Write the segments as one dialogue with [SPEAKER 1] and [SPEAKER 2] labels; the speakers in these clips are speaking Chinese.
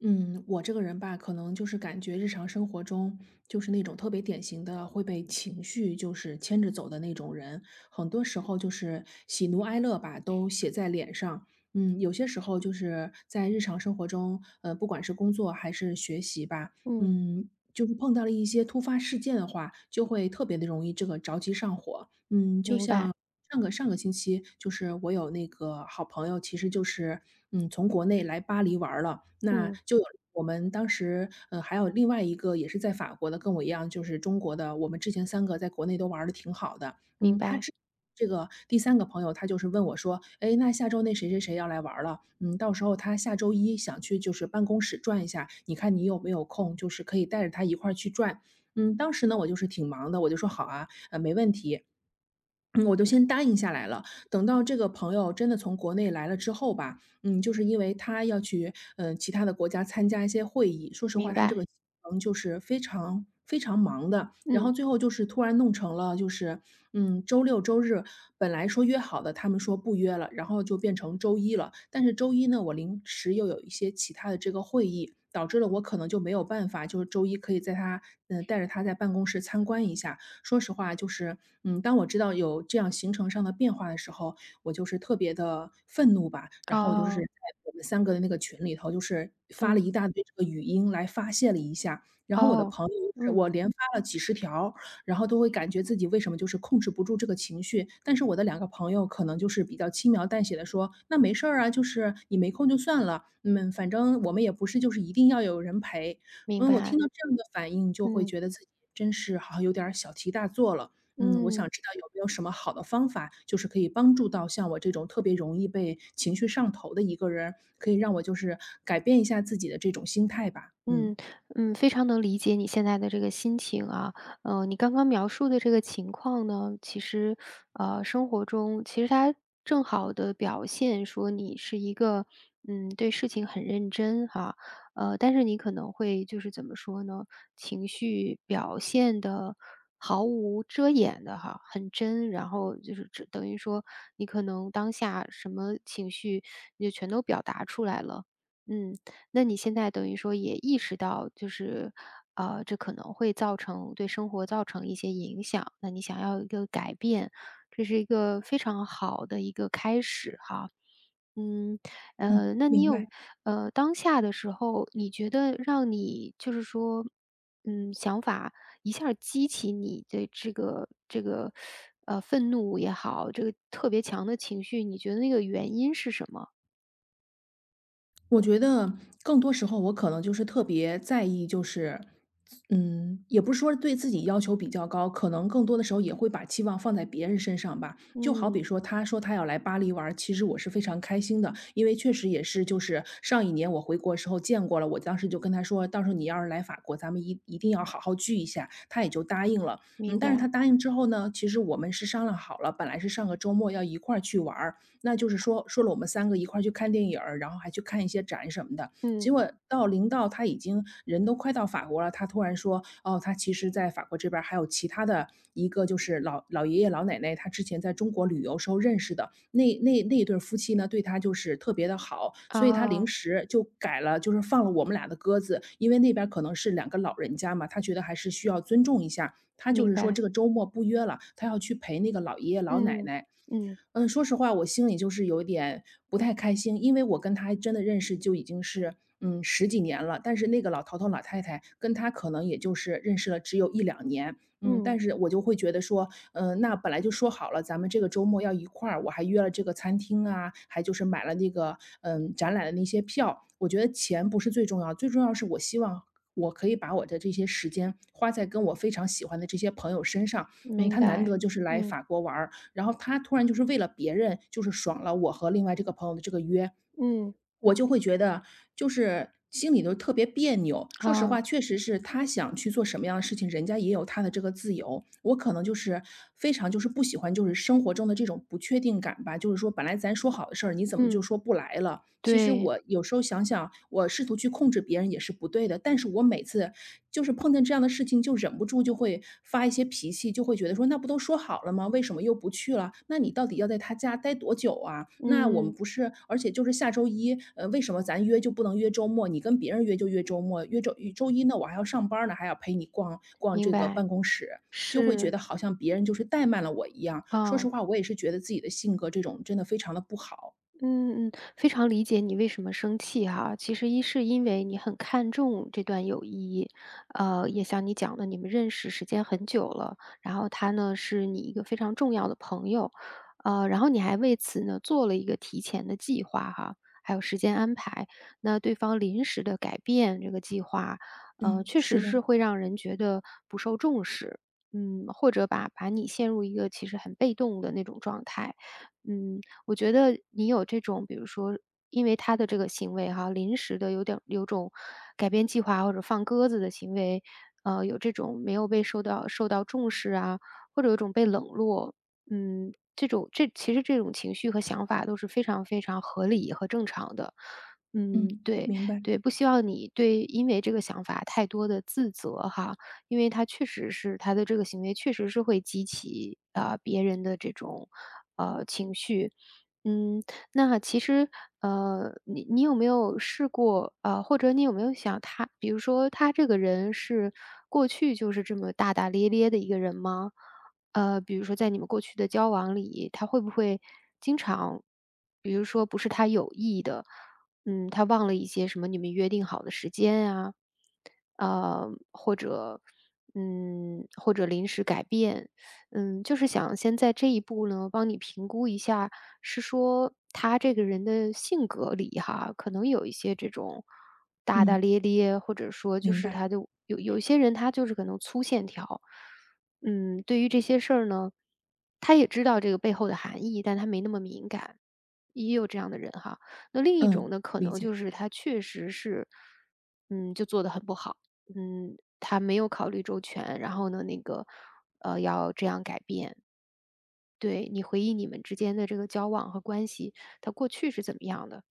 [SPEAKER 1] 嗯，我这个人吧，可能就是感觉日常生活中就是那种特别典型的会被情绪就是牵着走的那种人，很多时候就是喜怒哀乐吧都写在脸上。有些时候就是在日常生活中，不管是工作还是学习吧，
[SPEAKER 2] 嗯，
[SPEAKER 1] 就是碰到了一些突发事件的话，就会特别的容易这个着急上火。嗯，就
[SPEAKER 2] 明
[SPEAKER 1] 像
[SPEAKER 2] 白，
[SPEAKER 1] 上个星期，就是我有那个好朋友，其实就是，从国内来巴黎玩儿了，那
[SPEAKER 2] 嗯，
[SPEAKER 1] 就有我们当时，还有另外一个也是在法国的，跟我一样就是中国的，我们之前三个在国内都玩的挺好的。
[SPEAKER 2] 明
[SPEAKER 1] 嗯，他
[SPEAKER 2] 白，
[SPEAKER 1] 之这个第三个朋友他就是问我说："哎，那下周那谁谁谁要来玩儿了，嗯，到时候他下周一想去就是办公室转一下，你看你有没有空，就是可以带着他一块儿去转。"当时呢，我就是挺忙的，我就说："好啊，没问题。"嗯，我就先答应下来了。等到这个朋友真的从国内来了之后吧，就是因为他要去，其他的国家参加一些会议，说实话，
[SPEAKER 2] 明
[SPEAKER 1] 他这
[SPEAKER 2] 白，
[SPEAKER 1] 个就是非常非常忙的。然后
[SPEAKER 2] 嗯，
[SPEAKER 1] 最后就是突然弄成了，就是周六周日本来说约好的，他们说不约了，然后就变成周一了。但是周一呢，我临时又有一些其他的这个会议，导致了我可能就没有办法，就是周一可以在他带着他在办公室参观一下。说实话，就是当我知道有这样行程上的变化的时候，我就是特别的愤怒吧，然后我就是在
[SPEAKER 2] 哦，
[SPEAKER 1] 我们三个的那个群里头，就是发了
[SPEAKER 2] 嗯，
[SPEAKER 1] 一大堆这个语音来发泄了一下。然后我的
[SPEAKER 2] 哦，
[SPEAKER 1] 朋友就是
[SPEAKER 2] 嗯，
[SPEAKER 1] 我连发了几十条，然后都会感觉自己为什么就是控制不住这个情绪，但是我的两个朋友可能就是比较轻描淡写的说："那没事儿啊，就是你没空就算了，嗯，反正我们也不是就是一定要有人陪。"
[SPEAKER 2] 明
[SPEAKER 1] 我听
[SPEAKER 2] 白，
[SPEAKER 1] 到这样的反应就会
[SPEAKER 2] 嗯，
[SPEAKER 1] 觉得自己真是好像有点儿小题大做了。我
[SPEAKER 2] 嗯。
[SPEAKER 1] 想知道有没有什么好的方法，就是可以帮助到像我这种特别容易被情绪上头的一个人，可以让我就是改变一下自己的这种心态吧。嗯。
[SPEAKER 2] 嗯嗯，非常能理解你现在的这个心情啊。你刚刚描述的这个情况呢，其实，生活中其实它正好的表现说你是一个，对事情很认真哈，但是你可能会就是怎么说呢，情绪表现的毫无遮掩的哈，很真，然后就是只等于说你可能当下什么情绪你就全都表达出来了，嗯。那你现在等于说也意识到，就是，这可能会造成对生活造成一些影响，那你想要一个改变，这是一个非常好的一个开始哈。嗯，
[SPEAKER 1] 嗯，
[SPEAKER 2] 那你
[SPEAKER 1] 明
[SPEAKER 2] 有
[SPEAKER 1] 白。
[SPEAKER 2] 当下的时候，你觉得让你就是说，想法一下儿激起你的这个，愤怒也好，这个特别强的情绪，你觉得那个原因是什么？
[SPEAKER 1] 我觉得更多时候我可能就是特别在意，就是也不是说对自己要求比较高，可能更多的时候也会把期望放在别人身上吧。就好比
[SPEAKER 2] 嗯，
[SPEAKER 1] 说，他说他要来巴黎玩儿其实我是非常开心的，因为确实也是就是上一年我回国时候见过了，我当时就跟他说，到时候你要是来法国，咱们一定要好好聚一下，他也就答应了。
[SPEAKER 2] 明
[SPEAKER 1] 但是他
[SPEAKER 2] 白，
[SPEAKER 1] 答应之后呢，其实我们是商量好了，本来是上个周末要一块儿去玩儿那就是说说了我们三个一块儿去看电影儿，然后还去看一些展什么的。
[SPEAKER 2] 嗯，
[SPEAKER 1] 结果到临到他已经人都快到法国了，他突然说："哦，他其实在法国这边儿还有其他的一个就是老爷爷老奶奶，他之前在中国旅游时候认识的，那对儿夫妻呢，对他就是特别的好。"所以他临
[SPEAKER 2] 啊。
[SPEAKER 1] 时就改了，就是放了我们俩的鸽子，因为那边儿可能是两个老人家嘛，他觉得还是需要尊重一下，他就
[SPEAKER 2] 明
[SPEAKER 1] 是说
[SPEAKER 2] 白，
[SPEAKER 1] 这个周末不约了，他要去陪那个老爷爷老奶
[SPEAKER 2] 嗯，
[SPEAKER 1] 奶。
[SPEAKER 2] 嗯，
[SPEAKER 1] 说实话，我心里就是有点不太开心，因为我跟他真的认识就已经是十几年了，但是那个老头老太太跟他可能也就是认识了只有一两年，
[SPEAKER 2] 嗯，
[SPEAKER 1] 但是我就会觉得说，那本来就说好了，咱们这个周末要一块儿，我还约了这个餐厅啊，还就是买了那个展览的那些票，我觉得钱不是最重要，最重要是我希望我可以把我的这些时间花在跟我非常喜欢的这些朋友身上。
[SPEAKER 2] 明
[SPEAKER 1] 他难
[SPEAKER 2] 白，
[SPEAKER 1] 得就是来
[SPEAKER 2] 嗯，
[SPEAKER 1] 法国玩儿，然后他突然就是为了别人，就是爽了我和另外这个朋友的这个约，
[SPEAKER 2] 嗯，
[SPEAKER 1] 我就会觉得就是心里都特别别扭。说实
[SPEAKER 2] 啊，
[SPEAKER 1] 话，确实是他想去做什么样的事情，人家也有他的这个自由。我可能就是非常就是不喜欢就是生活中的这种不确定感吧，就是说本来咱说好的事儿，你怎么就
[SPEAKER 2] 嗯，
[SPEAKER 1] 说不来了？其实
[SPEAKER 2] 对，
[SPEAKER 1] 我有时候想想，我试图去控制别人也是不对的，但是我每次就是碰见这样的事情就忍不住就会发一些脾气，就会觉得说那不都说好了吗？为什么又不去了？那你到底要在他家待多久啊？那我们
[SPEAKER 2] 嗯，
[SPEAKER 1] 不是，而且就是下周一，为什么咱约就不能约周末？你跟别人约就约周末，约周一呢，我还要上班呢，还要陪你逛逛
[SPEAKER 2] 明
[SPEAKER 1] 这个
[SPEAKER 2] 白，
[SPEAKER 1] 办公室，就会觉
[SPEAKER 2] 是，
[SPEAKER 1] 得好像别人就是怠慢了我一样。说实
[SPEAKER 2] 啊。
[SPEAKER 1] 话，我也是觉得自己的性格这种真的非常的不好。
[SPEAKER 2] 嗯嗯，非常理解你为什么生气哈。其实一是因为你很看重这段友谊，也像你讲的，你们认识时间很久了，然后他呢是你一个非常重要的朋友，然后你还为此呢做了一个提前的计划哈，还有时间安排。那对方临时的改变这个计划，
[SPEAKER 1] 嗯，
[SPEAKER 2] 确
[SPEAKER 1] 是
[SPEAKER 2] 实
[SPEAKER 1] 的，
[SPEAKER 2] 是会让人觉得不受重视，或者把你陷入一个其实很被动的那种状态，嗯。我觉得你有这种，比如说因为他的这个行为哈，临时的有点有种改变计划或者放鸽子的行为，有这种没有被受到重视啊，或者有种被冷落，这种这其实这种情绪和想法都是非常非常合理和正常的。嗯，
[SPEAKER 1] 嗯，
[SPEAKER 2] 对，
[SPEAKER 1] 明白，
[SPEAKER 2] 对，不希望你对因为这个想法太多的自责哈，因为他确实是他的这个行为确实是会激起，别人的这种，情绪。嗯，那其实，你有没有试过啊，或者你有没有想他，比如说他这个人是过去就是这么大大咧咧的一个人吗？比如说在你们过去的交往里，他会不会经常，比如说不是他有意的，他忘了一些什么你们约定好的时间啊，或者，或者临时改变，就是想先在这一步呢，帮你评估一下。是说他这个人的性格里哈，可能有一些这种大大
[SPEAKER 1] 嗯，
[SPEAKER 2] 咧咧，或者说就
[SPEAKER 1] 明
[SPEAKER 2] 是
[SPEAKER 1] 白，
[SPEAKER 2] 他就有一些人他就是可能粗线条，对于这些事儿呢，他也知道这个背后的含义，但他没那么敏感，也有这样的人哈。那另一
[SPEAKER 1] 嗯，
[SPEAKER 2] 种呢，可
[SPEAKER 1] 理
[SPEAKER 2] 能
[SPEAKER 1] 解。
[SPEAKER 2] 就是他确实是，就做的很不好，他没有考虑周全，然后呢，那个要这样改变，对，你回忆你们之间的这个交往和关系，它过去是怎么样的？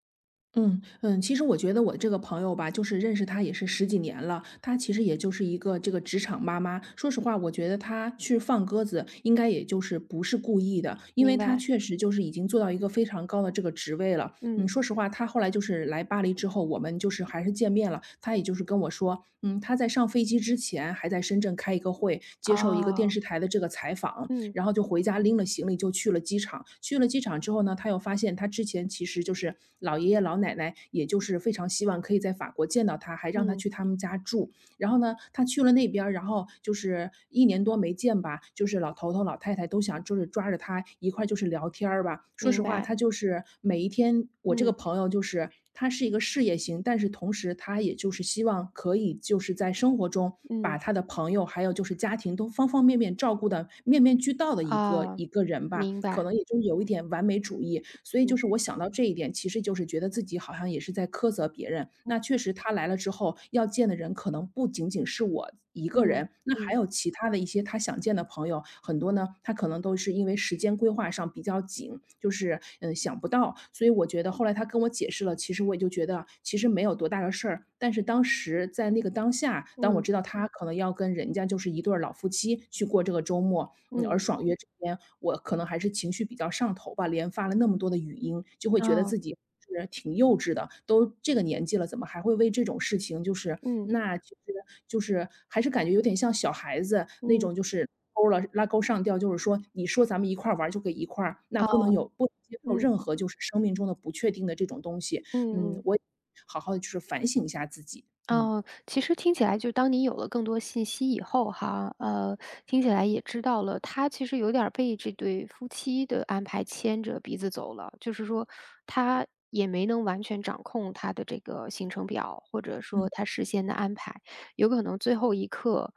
[SPEAKER 1] 嗯嗯，其实我觉得我这个朋友吧，就是认识他也是十几年了，他其实也就是一个这个职场妈妈。说实话，我觉得他去放鸽子，应该也就是不是故意的，因为
[SPEAKER 2] 明
[SPEAKER 1] 他
[SPEAKER 2] 白，
[SPEAKER 1] 确实就是已经做到一个非常高的这个职位了。
[SPEAKER 2] 嗯，
[SPEAKER 1] 说实话，他后来就是来巴黎之后，我们就是还是见面了，他也就是跟我说，他在上飞机之前还在深圳开一个会，接受一个电
[SPEAKER 2] 啊，
[SPEAKER 1] 视台的这个采访，
[SPEAKER 2] 嗯
[SPEAKER 1] 然后就回家拎了行李就去了机场。去了机场之后呢，他又发现他之前其实就是老爷爷老奶奶，也就是非常希望可以在法国见到他，还让他
[SPEAKER 2] 嗯，
[SPEAKER 1] 去他们家住。然后呢，他去了那边然后就是一年多没见吧，就是老头老太太都想就是抓着他一块就是聊天儿吧。说
[SPEAKER 2] 明
[SPEAKER 1] 实话，
[SPEAKER 2] 白，
[SPEAKER 1] 他就是每一天，我这个
[SPEAKER 2] 嗯
[SPEAKER 1] 朋友就是他是一个事业型，但是同时他也就是希望可以就是在生活中把
[SPEAKER 2] 嗯，
[SPEAKER 1] 他的朋友，还有就是家庭都方方面面照顾的面面俱到的一个
[SPEAKER 2] 啊，
[SPEAKER 1] 一个人吧，
[SPEAKER 2] 明
[SPEAKER 1] 可
[SPEAKER 2] 白，
[SPEAKER 1] 能也就有一点完美主义。所以就是
[SPEAKER 2] 嗯
[SPEAKER 1] 我想到这一点，其实就是觉得自己好像也是在苛责别人，那确实他来了之后，要见的人可能不仅仅是我一个
[SPEAKER 2] 嗯
[SPEAKER 1] 人，那还
[SPEAKER 2] 嗯
[SPEAKER 1] 有其他的一些他想见的朋友，很多呢，他可能都是因为时间规划上比较紧，就是，想不到。所以我觉得后来他跟我解释了，其实我也就觉得其实没有多大的事儿，但是当时在那个当下，当我
[SPEAKER 2] 嗯
[SPEAKER 1] 知道他可能要跟人家就是一对儿老夫妻去过这个周末，而
[SPEAKER 2] 嗯，
[SPEAKER 1] 爽约这边，我可能还是情绪比较上头吧，连发了那么多的语音，就会觉得
[SPEAKER 2] 啊
[SPEAKER 1] 自己是挺幼稚的，都这个年纪了，怎么还会为这种事情就是
[SPEAKER 2] 嗯
[SPEAKER 1] 那其实就是还是感觉有点像小孩子那
[SPEAKER 2] 嗯
[SPEAKER 1] 种，就是勾了拉钩上吊，就是说你说咱们一块儿玩儿就给一块儿，那
[SPEAKER 2] 哦，
[SPEAKER 1] 不能
[SPEAKER 2] 啊
[SPEAKER 1] 有不能接受
[SPEAKER 2] 嗯
[SPEAKER 1] 任何就是生命中的不确定的这种东西。
[SPEAKER 2] 嗯嗯。
[SPEAKER 1] 我好好的就是反省一下自己，嗯。
[SPEAKER 2] 哦，其实听起来就当你有了更多信息以后哈，听起来也知道了，他其实有点儿被这对夫妻的安排牵着鼻子走了，就是说他也没能完全掌控他的这个行程表，或者
[SPEAKER 1] 嗯，
[SPEAKER 2] 说他事先的安排，有可能最后一刻，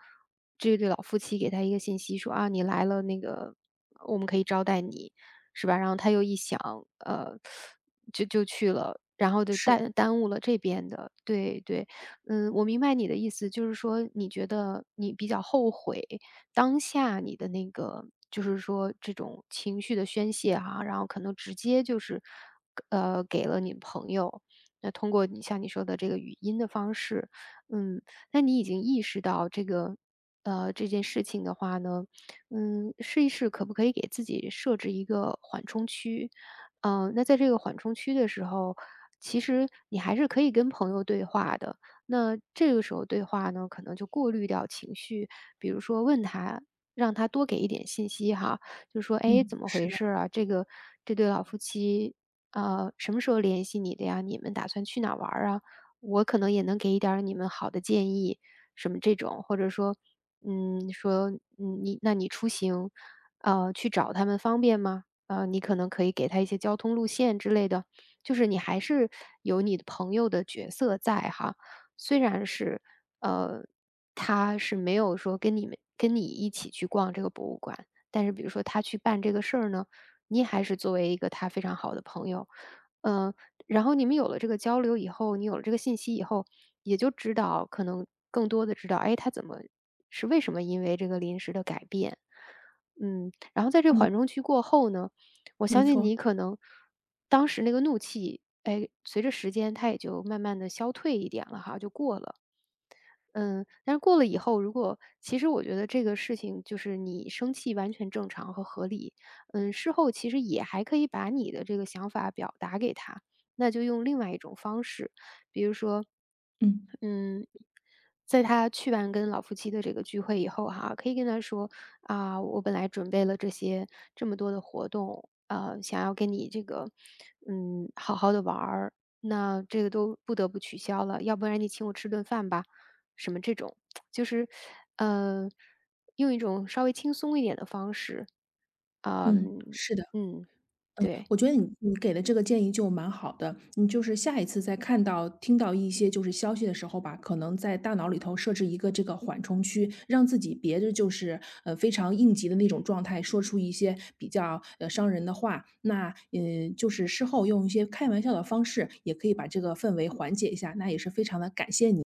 [SPEAKER 2] 这对老夫妻给他一个信息说啊，你来了，那个我们可以招待你，是吧？然后他又一想，呃，就去了，然后就
[SPEAKER 1] 是的，
[SPEAKER 2] 耽误了这边的，对对。嗯，我明白你的意思，就是说你觉得你比较后悔当下你的那个，就是说这种情绪的宣泄哈、然后可能直接就是，给了你朋友。那通过你像你说的这个语音的方式，嗯，那你已经意识到这个，这件事情的话呢，试一试可不可以给自己设置一个缓冲区，那在这个缓冲区的时候，其实你还是可以跟朋友对话的，那这个时候对话呢，可能就过滤掉情绪，比如说问他，让他多给一点信息哈，就说：“哎，
[SPEAKER 1] 嗯，
[SPEAKER 2] 怎么
[SPEAKER 1] 是
[SPEAKER 2] 回
[SPEAKER 1] 的，
[SPEAKER 2] 事儿啊？这对老夫妻，什么时候联系你的呀？你们打算去哪儿玩儿啊？我可能也能给一点儿你们好的建议，什么这种，或者说，嗯，说嗯你出行，去找他们方便吗？”你可能可以给他一些交通路线之类的，就是你还是有你的朋友的角色在哈。虽然是，呃，他是没有说跟你一起去逛这个博物馆，但是比如说他去办这个事儿呢，你还是作为一个他非常好的朋友，嗯，然后你们有了这个交流以后，你有了这个信息以后，也就知道可能更多的知道，哎，他怎么是为什么因为这个临时的改变，然后在这
[SPEAKER 1] 嗯，
[SPEAKER 2] 缓冲期过后呢，我
[SPEAKER 1] 没
[SPEAKER 2] 相信
[SPEAKER 1] 错，
[SPEAKER 2] 你可能当时那个怒气，哎，随着时间它也就慢慢的消退一点了哈，就过了。嗯，但是过了以后，如果其实我觉得这个事情就是你生气完全正常和合理，事后其实也还可以把你的这个想法表达给他，那就用另外一种方式，比如说，
[SPEAKER 1] 嗯。
[SPEAKER 2] 嗯，在他去完跟老夫妻的这个聚会以后哈，可以跟他说啊，我本来准备了这么多的活动，想要跟你这个，好好的玩儿，那这个都不得不取消了，要不然你请我吃顿饭吧。什么这种，就是，嗯，用一种稍微轻松一点的方式，啊，
[SPEAKER 1] 嗯，是的。
[SPEAKER 2] 嗯，对。
[SPEAKER 1] 我觉得你给的这个建议就蛮好的，你就是下一次再看到、听到一些就是消息的时候吧，可能在大脑里头设置一个这个缓冲区，让自己别着就是非常应急的那种状态，说出一些比较伤人的话。那就是事后用一些开玩笑的方式，也可以把这个氛围缓解一下。那也是非常的感谢你。